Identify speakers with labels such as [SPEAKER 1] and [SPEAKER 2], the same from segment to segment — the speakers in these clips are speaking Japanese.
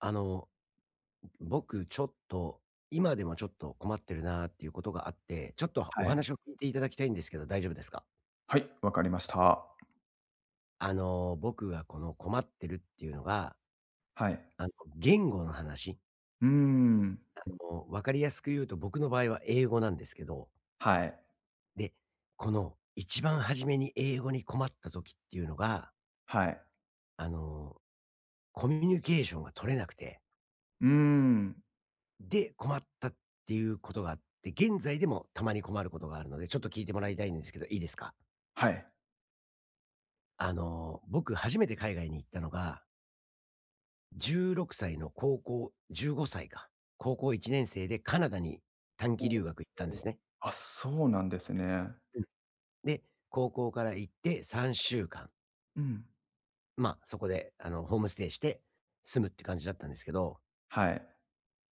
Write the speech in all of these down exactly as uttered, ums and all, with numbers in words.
[SPEAKER 1] あの、僕ちょっと、今でもちょっと困ってるなっていうことがあって、ちょっとお
[SPEAKER 2] はい。
[SPEAKER 1] 話を聞いていただきたいんですけど、大丈夫ですか？
[SPEAKER 2] はい、わかりました。
[SPEAKER 1] あの、僕がこの困ってるっていうのが、
[SPEAKER 2] はい。
[SPEAKER 1] あの、言語の話。
[SPEAKER 2] うーん。
[SPEAKER 1] あの、わかりやすく言うと、僕の場合は英語なんですけど、
[SPEAKER 2] はい。
[SPEAKER 1] で、この一番初めに英語に困った時っていうのが、
[SPEAKER 2] はい。
[SPEAKER 1] あの、コミュニケーションが取れなくて、
[SPEAKER 2] うーん。
[SPEAKER 1] で、困ったっていうことがあって、現在でもたまに困ることがあるので、ちょっと聞いてもらいたいんですけど、いいですか？
[SPEAKER 2] はい。
[SPEAKER 1] あの、僕初めて海外に行ったのが、じゅうろくさいの高校じゅうごさいか。高校いちねん生でカナダに短
[SPEAKER 2] お
[SPEAKER 1] 期留学行ったんで
[SPEAKER 2] お。
[SPEAKER 1] すね。
[SPEAKER 2] あ、そうなんですね。
[SPEAKER 1] うん。で、高校から行ってさんしゅうかん、
[SPEAKER 2] うん。
[SPEAKER 1] まあ、そこで、あの、ホームステイして住むって感じだったんですけど、
[SPEAKER 2] はい。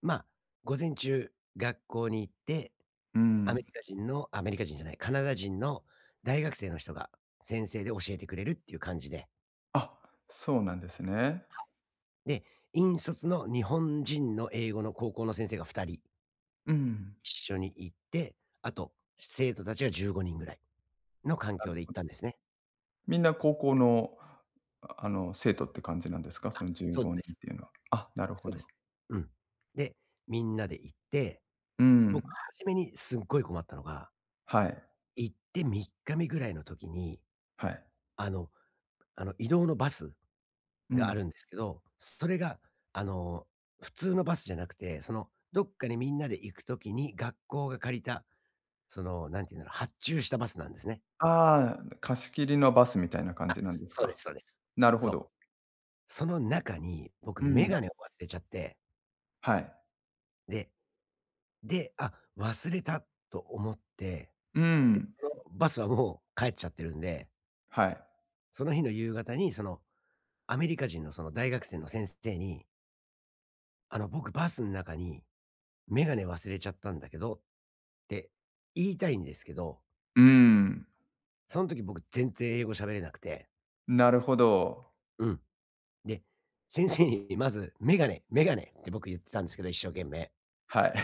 [SPEAKER 1] まあ、午前中学校に行って、
[SPEAKER 2] う
[SPEAKER 1] アメ
[SPEAKER 2] ん。
[SPEAKER 1] リカ人のアメリカ人じゃない、カナダ人の大学生の人が先生で教えてくれるっていう感じで、
[SPEAKER 2] あ、そうなんですね。
[SPEAKER 1] で、引率の日本人の英語の高校の先生がふたり
[SPEAKER 2] うん。
[SPEAKER 1] 一緒に行って、あと、生徒たちがじゅうごにんぐらいの環境で行ったんですね。
[SPEAKER 2] みんな高校の、ああの、生徒って感じなんですか？その15
[SPEAKER 1] そうで
[SPEAKER 2] 人っ
[SPEAKER 1] す。
[SPEAKER 2] ていうのは。あ、なるほ
[SPEAKER 1] そうで
[SPEAKER 2] ど。
[SPEAKER 1] す。うん。で、みんなで行って、
[SPEAKER 2] う
[SPEAKER 1] 僕
[SPEAKER 2] ん。
[SPEAKER 1] 初めにすっごい困ったのが、
[SPEAKER 2] はい。
[SPEAKER 1] 行ってみっかめぐらいの時に、
[SPEAKER 2] はい。
[SPEAKER 1] あのあの、移動のバス
[SPEAKER 2] う
[SPEAKER 1] があ
[SPEAKER 2] ん。
[SPEAKER 1] るんですけど、それが、あの、普通のバスじゃなくて、その、どっかにみんなで行く時に学校が借りた、その、なんて言うんだろう、発注したバスなんですね。
[SPEAKER 2] ああ、貸し切りのバスみたいな感じなんです
[SPEAKER 1] そうで
[SPEAKER 2] か。
[SPEAKER 1] すそうです。
[SPEAKER 2] なるほ
[SPEAKER 1] そう。
[SPEAKER 2] ど。
[SPEAKER 1] その中に、僕
[SPEAKER 2] う
[SPEAKER 1] メ
[SPEAKER 2] ん。
[SPEAKER 1] ガネを忘れちゃって、
[SPEAKER 2] はい。
[SPEAKER 1] でで、あ、忘れたと思って、
[SPEAKER 2] うん。
[SPEAKER 1] そのバスはもう帰っちゃってるんで、
[SPEAKER 2] はい。
[SPEAKER 1] その日の夕方に、その、アメリカ人のその大学生の先生に、あの、僕バスの中にメガネ忘れちゃったんだけどって言いたいんですけど、
[SPEAKER 2] うーん、
[SPEAKER 1] その時僕全然英語喋れなくて、
[SPEAKER 2] なるほど。
[SPEAKER 1] うん。で、先生にまず、「メガネメガネ」って僕言ってたんですけど、一生懸命。
[SPEAKER 2] はい。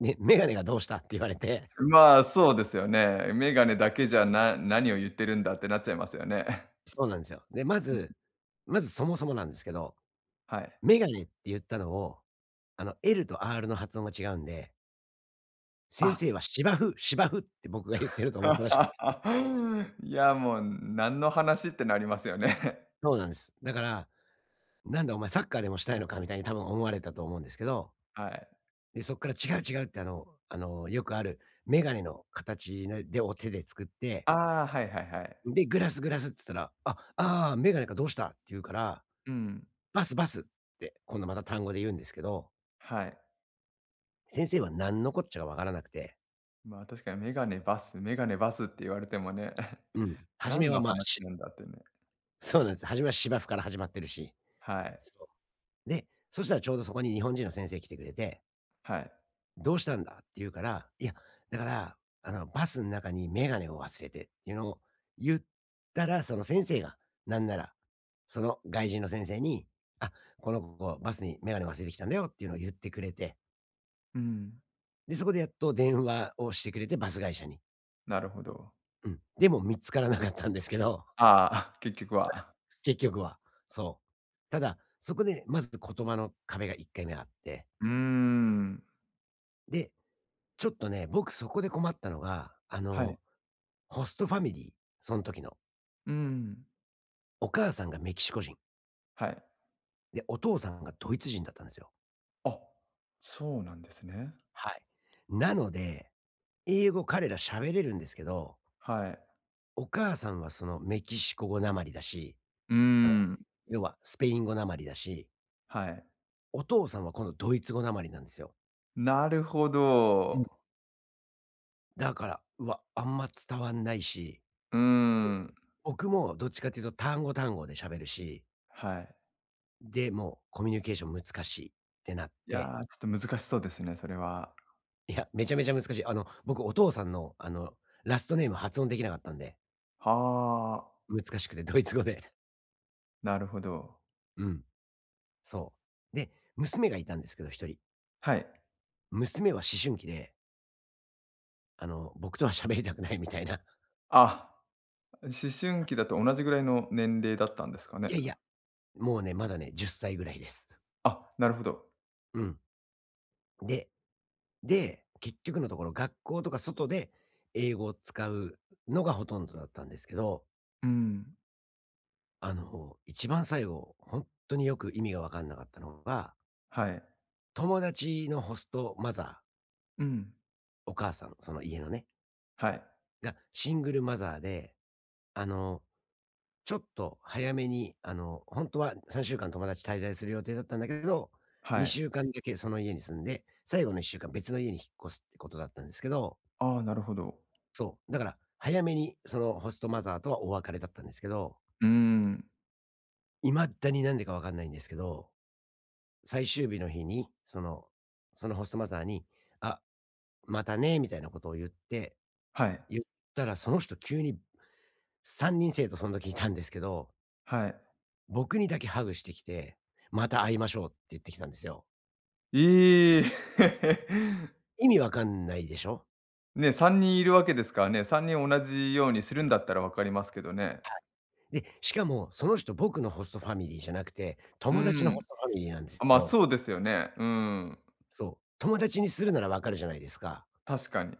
[SPEAKER 1] で、「ガネがどうした？」って言われて
[SPEAKER 2] まあ、そうですよね。メガネだけじゃ、な何を言ってるんだってなっちゃいますよね。
[SPEAKER 1] そうなんですよ。で、まずまずそもそもなんですけど、
[SPEAKER 2] はい。
[SPEAKER 1] メガネって言ったのを、あの、L と R の発音が違うんで、先
[SPEAKER 2] あ
[SPEAKER 1] 生は芝生芝生って僕が言ってると思ったらしくて。
[SPEAKER 2] いや、もう何の話ってなりますよね。
[SPEAKER 1] そうなんです。だから、「なんだお前サッカーでもしたいのか」みたいに多分思われたと思うんですけど、
[SPEAKER 2] はい。
[SPEAKER 1] で、そっから「違う違う」ってあのあの、よくあるメガネの形のでを手で作って、
[SPEAKER 2] ああ、はいはいはい。
[SPEAKER 1] で、「グラスグラス」って言ったら、「あ、ああ、メガネかどうした」って言うから、
[SPEAKER 2] うん。
[SPEAKER 1] 「バスバス」って今度また単語で言うんですけど、
[SPEAKER 2] はい。
[SPEAKER 1] 先生は何のこっちゃがわからなくて
[SPEAKER 2] まあ、確かにメガネバスメガネバスって言われてもね、
[SPEAKER 1] うん。初め
[SPEAKER 2] 何の
[SPEAKER 1] は、まあ、
[SPEAKER 2] 話
[SPEAKER 1] し
[SPEAKER 2] なんだってね。
[SPEAKER 1] そうなんです。初めは芝生から始まってるし。
[SPEAKER 2] はい。
[SPEAKER 1] そう。で、そしたらちょうどそこに日本人の先生来てくれて、
[SPEAKER 2] はい。
[SPEAKER 1] 「どうしたんだ？」って言うから、「いや、だから、あの、バスの中に眼鏡を忘れて」っていうのを言ったら、その先生が、なんなら、その外人の先生に、「あ、この子、バスに眼鏡忘れてきたんだよ」っていうのを言ってくれて、
[SPEAKER 2] うん、
[SPEAKER 1] で、そこでやっと電話をしてくれて、バス会社に。
[SPEAKER 2] なるほど。
[SPEAKER 1] うん。でも見つからなかったんですけど
[SPEAKER 2] ああ、結局は。
[SPEAKER 1] 結局は。そう。ただ、そこでまず言葉の壁がいっかいめあって、
[SPEAKER 2] うーん。
[SPEAKER 1] で、ちょっとね、僕そこで困ったのが、あ
[SPEAKER 2] はい。
[SPEAKER 1] の、ホストファミリー、その時の。
[SPEAKER 2] うーん。
[SPEAKER 1] お母さんがメキシコ人。
[SPEAKER 2] はい。
[SPEAKER 1] で、お父さんがドイツ人だったんですよ。
[SPEAKER 2] あ、そうなんですね。
[SPEAKER 1] はい。なので、英語彼ら喋れるんですけど、
[SPEAKER 2] はい。
[SPEAKER 1] お母さんはそのメキシコ語なまりだし、
[SPEAKER 2] うー
[SPEAKER 1] あの、
[SPEAKER 2] ん。
[SPEAKER 1] 要はスペイン語なまりだし、
[SPEAKER 2] はい。
[SPEAKER 1] お父さんは今度ドイツ語なまりなんですよ。
[SPEAKER 2] なるほ
[SPEAKER 1] うん。
[SPEAKER 2] ど。
[SPEAKER 1] だから、うわ、あんま伝わんないし
[SPEAKER 2] うーん。
[SPEAKER 1] 僕もどっちかっていうと単語単語で喋るし、
[SPEAKER 2] はい。
[SPEAKER 1] で、もうコミュニケーション難しいってなっ
[SPEAKER 2] いや、
[SPEAKER 1] て、
[SPEAKER 2] ちょっと難しそうですね、それは。
[SPEAKER 1] いや、めちゃめちゃ難しい。あの、僕お父さんの、あの、ラストネーム発音できなかったんで、
[SPEAKER 2] はあ、
[SPEAKER 1] 難しくてドイツ語で。
[SPEAKER 2] なるほど。
[SPEAKER 1] うん、そう。で、娘がいたんですけど、一人。
[SPEAKER 2] はい。
[SPEAKER 1] 娘は思春期で、あの、僕とは喋りたくないみたいな。い
[SPEAKER 2] あ、思春期だと同じぐらいの年齢だったんですかね。
[SPEAKER 1] やいや、もうね、まだね、じゅっさいぐらいです。
[SPEAKER 2] あ、なるほど。
[SPEAKER 1] うん。で、で、結局のところ学校とか外で英語を使うのがほとんどだったんですけど
[SPEAKER 2] うん。
[SPEAKER 1] あの、一番最後、本当によく意味が分かんなかったのが、
[SPEAKER 2] はい。
[SPEAKER 1] 友達のホストマザー、
[SPEAKER 2] うん。
[SPEAKER 1] お母さん、その家のね、
[SPEAKER 2] はい。
[SPEAKER 1] がシングルマザーで、あの、ちょっと早めに、あの、ほんはさんしゅうかん友達滞在する予定だったんだけど、
[SPEAKER 2] はい。
[SPEAKER 1] にしゅうかんだけその家に住んで、最後のいっしゅうかん別の家に引っ越すってことだったんですけど、
[SPEAKER 2] ああ、なるほど。
[SPEAKER 1] そう、だから早めにそのホストマザーとはお別れだったんですけど、
[SPEAKER 2] うーん。
[SPEAKER 1] 未だになんでか分かんないんですけど最終日の日に、その、そのホストマザーに、あ、またね、みたいなことを言って、
[SPEAKER 2] はい。
[SPEAKER 1] 言ったらその人急にさんにん生徒その時いたんですけど、
[SPEAKER 2] はい。
[SPEAKER 1] 僕にだけハグしてきて、また会いましょうって言ってきたんですよ。
[SPEAKER 2] ええ
[SPEAKER 1] 意味わかんないでしょ？
[SPEAKER 2] ね、さんにんいるわけですからね、さんにん同じようにするんだったらわかりますけどね。
[SPEAKER 1] で、しかもその人僕のホストファミリーじゃなくて、
[SPEAKER 2] うー
[SPEAKER 1] 友達のホ
[SPEAKER 2] ん。
[SPEAKER 1] ストファミリーなんで
[SPEAKER 2] あ、
[SPEAKER 1] す
[SPEAKER 2] まあ、
[SPEAKER 1] よ。
[SPEAKER 2] そうですよね。うーん、
[SPEAKER 1] そう。友達にするならわかるじゃないですか。
[SPEAKER 2] 確かに。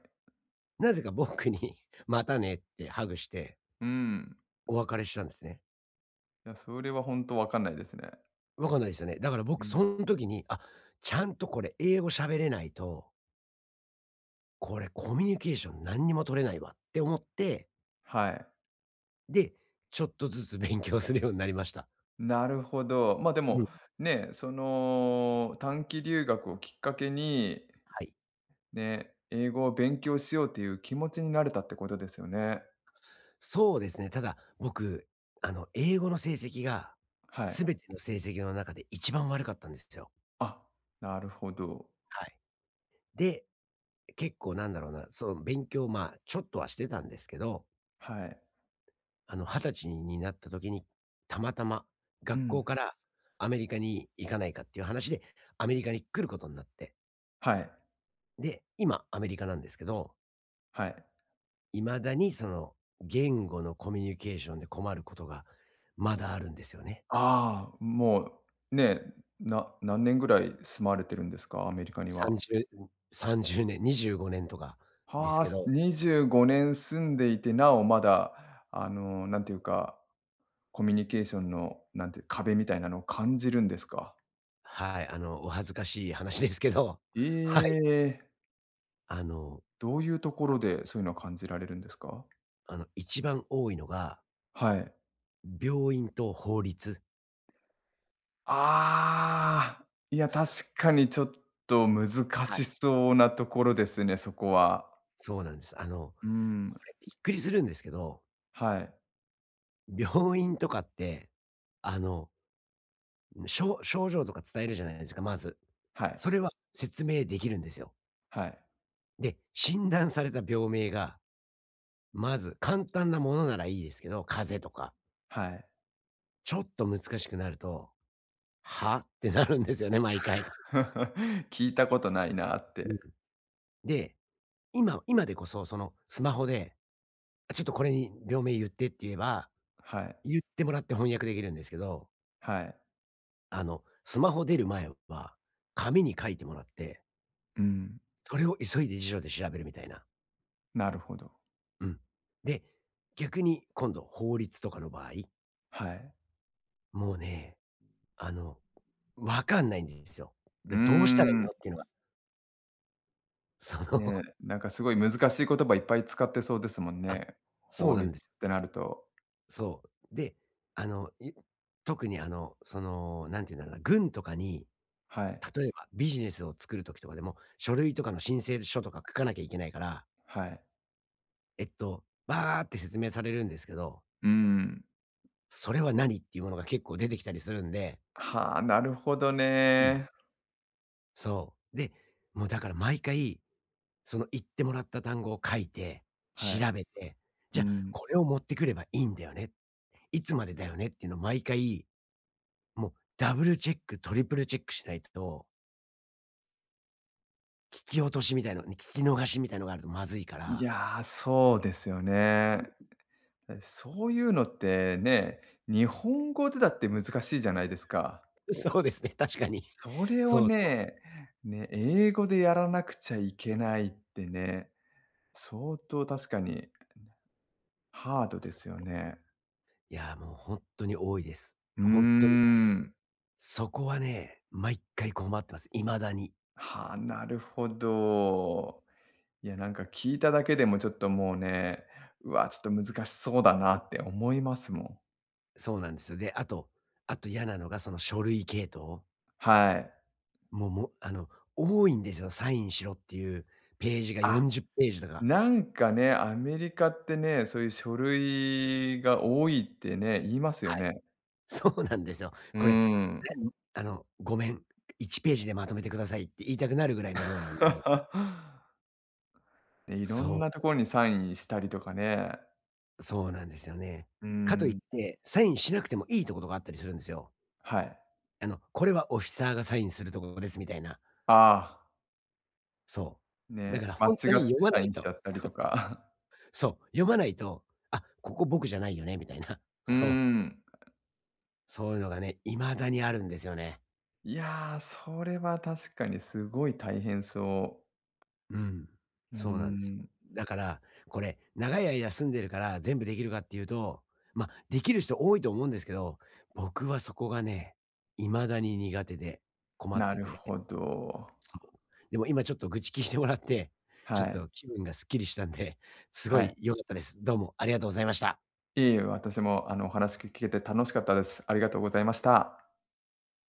[SPEAKER 1] なぜか僕に またねってハグして
[SPEAKER 2] うーん。
[SPEAKER 1] お別れしたんですね。
[SPEAKER 2] いや、それは本当わかんないですね。
[SPEAKER 1] わかんないですよね。だから
[SPEAKER 2] う
[SPEAKER 1] 僕
[SPEAKER 2] ん。
[SPEAKER 1] その時に、あ、ちゃんとこれ英語喋れないと、これコミュニケーション何にも取れないわって思って、
[SPEAKER 2] はい。
[SPEAKER 1] で、ちょっとずつ勉強するようになりました。
[SPEAKER 2] なるほど。ま、あ、で
[SPEAKER 1] う
[SPEAKER 2] も、
[SPEAKER 1] ん。
[SPEAKER 2] ね、その、短期留学をきっかけに、
[SPEAKER 1] はい。
[SPEAKER 2] ね、英語を勉強しようっていう気持ちになれたってことですよね。
[SPEAKER 1] そうですね。ただ、僕、あの、英語の成績が、
[SPEAKER 2] はい。
[SPEAKER 1] すべての成績の中で一番悪かったんですよ。
[SPEAKER 2] あ、なるほど。
[SPEAKER 1] はい。で、結構なんだろうな、その勉強、まあ、ちょっとはしてたんですけど、
[SPEAKER 2] はい。
[SPEAKER 1] あの、はたちになった時に、たまたま
[SPEAKER 2] う
[SPEAKER 1] 学校
[SPEAKER 2] ん。
[SPEAKER 1] からアメリカに行かないかっていう話で、アメリカに来ることになって、
[SPEAKER 2] はい。
[SPEAKER 1] で、今アメリカなんですけど、
[SPEAKER 2] はい。
[SPEAKER 1] 未だにその言語のコミュニケーションで困ることがまだあるんですよね。
[SPEAKER 2] ああ、もう、ね、な何年ぐらい住まわれてるんですか？アメリカには。
[SPEAKER 1] さんじゅう、さんじゅうねん、にじゅうごねんとかです
[SPEAKER 2] はあ、
[SPEAKER 1] け
[SPEAKER 2] す
[SPEAKER 1] ど、
[SPEAKER 2] にじゅうごねん住んでいて、なおまだ、あの、なんていうか、コミュニケーションの、なんていう、壁みたいなのを感じるんですか？
[SPEAKER 1] はい、あの、お恥ずかしい話ですけど、
[SPEAKER 2] え
[SPEAKER 1] はい、
[SPEAKER 2] え、
[SPEAKER 1] あの、
[SPEAKER 2] どういうところでそういうのを感じられるんですか？
[SPEAKER 1] あの、一番多いのが、
[SPEAKER 2] はい。
[SPEAKER 1] 病院と法律。
[SPEAKER 2] ああ、いや、確かにちょっと難
[SPEAKER 1] はい。
[SPEAKER 2] しそうなところですね、そこは。
[SPEAKER 1] そうなんです。あの、
[SPEAKER 2] うん。
[SPEAKER 1] これびっくりするんですけど、
[SPEAKER 2] はい。
[SPEAKER 1] 病院とかって、あの、症症状とか伝えるじゃないですか、まず。
[SPEAKER 2] はい。
[SPEAKER 1] それは説明できるんですよ。
[SPEAKER 2] はい。
[SPEAKER 1] で、診断された病名が、まず簡単なものならいいですけど、風邪とか、
[SPEAKER 2] はい。
[SPEAKER 1] ちょっと難しくなると、はってなるんですよね、毎回。
[SPEAKER 2] 聞いたことないなっ
[SPEAKER 1] う
[SPEAKER 2] て。
[SPEAKER 1] ん、で、今、今でこそそのスマホで、あちょっとこれに病名言ってって言えば、
[SPEAKER 2] はい。
[SPEAKER 1] 言ってもらって翻訳できるんですけど
[SPEAKER 2] はい。
[SPEAKER 1] あの、スマホ出る前は、紙に書いてもらって、
[SPEAKER 2] うん。
[SPEAKER 1] それを急いで辞書で調べるみたいな。
[SPEAKER 2] なるほど。
[SPEAKER 1] うん。で、逆に今度法律とかの場合、
[SPEAKER 2] はい。
[SPEAKER 1] もうね、あの、わかんないんですよ。
[SPEAKER 2] うー
[SPEAKER 1] で、どうしたらいい
[SPEAKER 2] ん。
[SPEAKER 1] のっていうのが、その、
[SPEAKER 2] ね、なんかすごい難しい言葉いっぱい使ってそうですもん
[SPEAKER 1] あ、
[SPEAKER 2] ね。
[SPEAKER 1] そう
[SPEAKER 2] 法
[SPEAKER 1] な
[SPEAKER 2] 律
[SPEAKER 1] んで
[SPEAKER 2] っ
[SPEAKER 1] す。
[SPEAKER 2] てなると。
[SPEAKER 1] そう。で、あの、い特にあの、その、なんていうんだろうな、軍とかに、
[SPEAKER 2] はい。
[SPEAKER 1] 例えばビジネスを作る時とかでも、書類とかの申請書とか書かなきゃいけないから、
[SPEAKER 2] はい。
[SPEAKER 1] えっと、バーって説明されるんですけど
[SPEAKER 2] うん。
[SPEAKER 1] それは何っていうものが結構出てきたりするんで、
[SPEAKER 2] はあ、なるほど
[SPEAKER 1] うん。
[SPEAKER 2] ね。
[SPEAKER 1] そう。で、もうだから毎回、その言ってもらった単語を書いて、
[SPEAKER 2] は
[SPEAKER 1] 調
[SPEAKER 2] い。
[SPEAKER 1] べて、
[SPEAKER 2] う
[SPEAKER 1] じゃあ
[SPEAKER 2] ん。
[SPEAKER 1] これを持ってくればいいんだよね。いつまでだよねっていうのを毎回、もうダブルチェック、トリプルチェックしないと、聞き落としみたいな、聞き逃しみたいのがあるとまずいか
[SPEAKER 2] い
[SPEAKER 1] ら。
[SPEAKER 2] やー、そうですよね。そういうのってね、日本語でだって難しいじゃないですか。
[SPEAKER 1] そうですね、確かに。
[SPEAKER 2] そ れを
[SPEAKER 1] そうそう。
[SPEAKER 2] ね、ね、英語でやらなくちゃいけないってね、相当確かにハードですよね。
[SPEAKER 1] いや、もう本当に多いです。
[SPEAKER 2] うー
[SPEAKER 1] 本当にね、
[SPEAKER 2] ん。
[SPEAKER 1] そこはね、毎回困ってます。未だに。
[SPEAKER 2] はあ、なるほど。いや、なんか聞いただけでもちょっともうね、うわ、ちょっと難しそうだなって思いますもん。
[SPEAKER 1] そうなんですよ。で、あとあと嫌なのがその書類系統。
[SPEAKER 2] はい。
[SPEAKER 1] もうもうあの、多いんですよ。サインしろっていうページが
[SPEAKER 2] あ、
[SPEAKER 1] よんじゅうページとか。
[SPEAKER 2] なんかね、アメリカってね、そういう書類が多いってね、言います
[SPEAKER 1] は
[SPEAKER 2] よ
[SPEAKER 1] い。
[SPEAKER 2] ね。
[SPEAKER 1] そうなんですよ。
[SPEAKER 2] うー
[SPEAKER 1] これ、
[SPEAKER 2] ん。
[SPEAKER 1] 何あの、ごめん、いちページでまとめてくださいって言いたくなるぐらいの量なんで。
[SPEAKER 2] ね、いろん
[SPEAKER 1] そ
[SPEAKER 2] なところにサインしたりとかね。
[SPEAKER 1] う、そうなんですよね。
[SPEAKER 2] うー
[SPEAKER 1] かといっ
[SPEAKER 2] ん。
[SPEAKER 1] て、サインしなくてもいいとことがあったりするんですよ。
[SPEAKER 2] はい。
[SPEAKER 1] あの、これはオフィサーがサインするところですみたいな。
[SPEAKER 2] あ
[SPEAKER 1] そ
[SPEAKER 2] あ、
[SPEAKER 1] う。だ
[SPEAKER 2] ね、
[SPEAKER 1] から
[SPEAKER 2] 間違
[SPEAKER 1] 本
[SPEAKER 2] っ
[SPEAKER 1] 当に
[SPEAKER 2] て
[SPEAKER 1] 読ま
[SPEAKER 2] サ
[SPEAKER 1] な
[SPEAKER 2] イ
[SPEAKER 1] い
[SPEAKER 2] ンしち
[SPEAKER 1] と。
[SPEAKER 2] ゃったり
[SPEAKER 1] そ
[SPEAKER 2] と
[SPEAKER 1] う。
[SPEAKER 2] か。
[SPEAKER 1] そう、読まないと、あ、ここ僕じゃないよねみたいな。
[SPEAKER 2] うー
[SPEAKER 1] そう、
[SPEAKER 2] ん。
[SPEAKER 1] そういうのがね、未だにあるんですよね。
[SPEAKER 2] いやー、それは確かにすごい大変そ
[SPEAKER 1] うん。
[SPEAKER 2] う。うー
[SPEAKER 1] そうなんですよ。
[SPEAKER 2] ん、
[SPEAKER 1] だから、これ、長い間住んでるから全部できるかっていうと、まあ、できる人多いと思うんですけど、僕はそこがね、未だに苦手で困っ
[SPEAKER 2] な
[SPEAKER 1] て
[SPEAKER 2] る
[SPEAKER 1] て、
[SPEAKER 2] ほど。
[SPEAKER 1] そう。でも今ちょっと愚痴聞いてもらって、
[SPEAKER 2] は
[SPEAKER 1] ちょっと
[SPEAKER 2] い。
[SPEAKER 1] 気分がすっきりしたんで、すご
[SPEAKER 2] はい。
[SPEAKER 1] い良かったです。どうもありがとうございました。
[SPEAKER 2] いえいえ、私もあの、お話聞けて楽しかったです。ありがとうございました。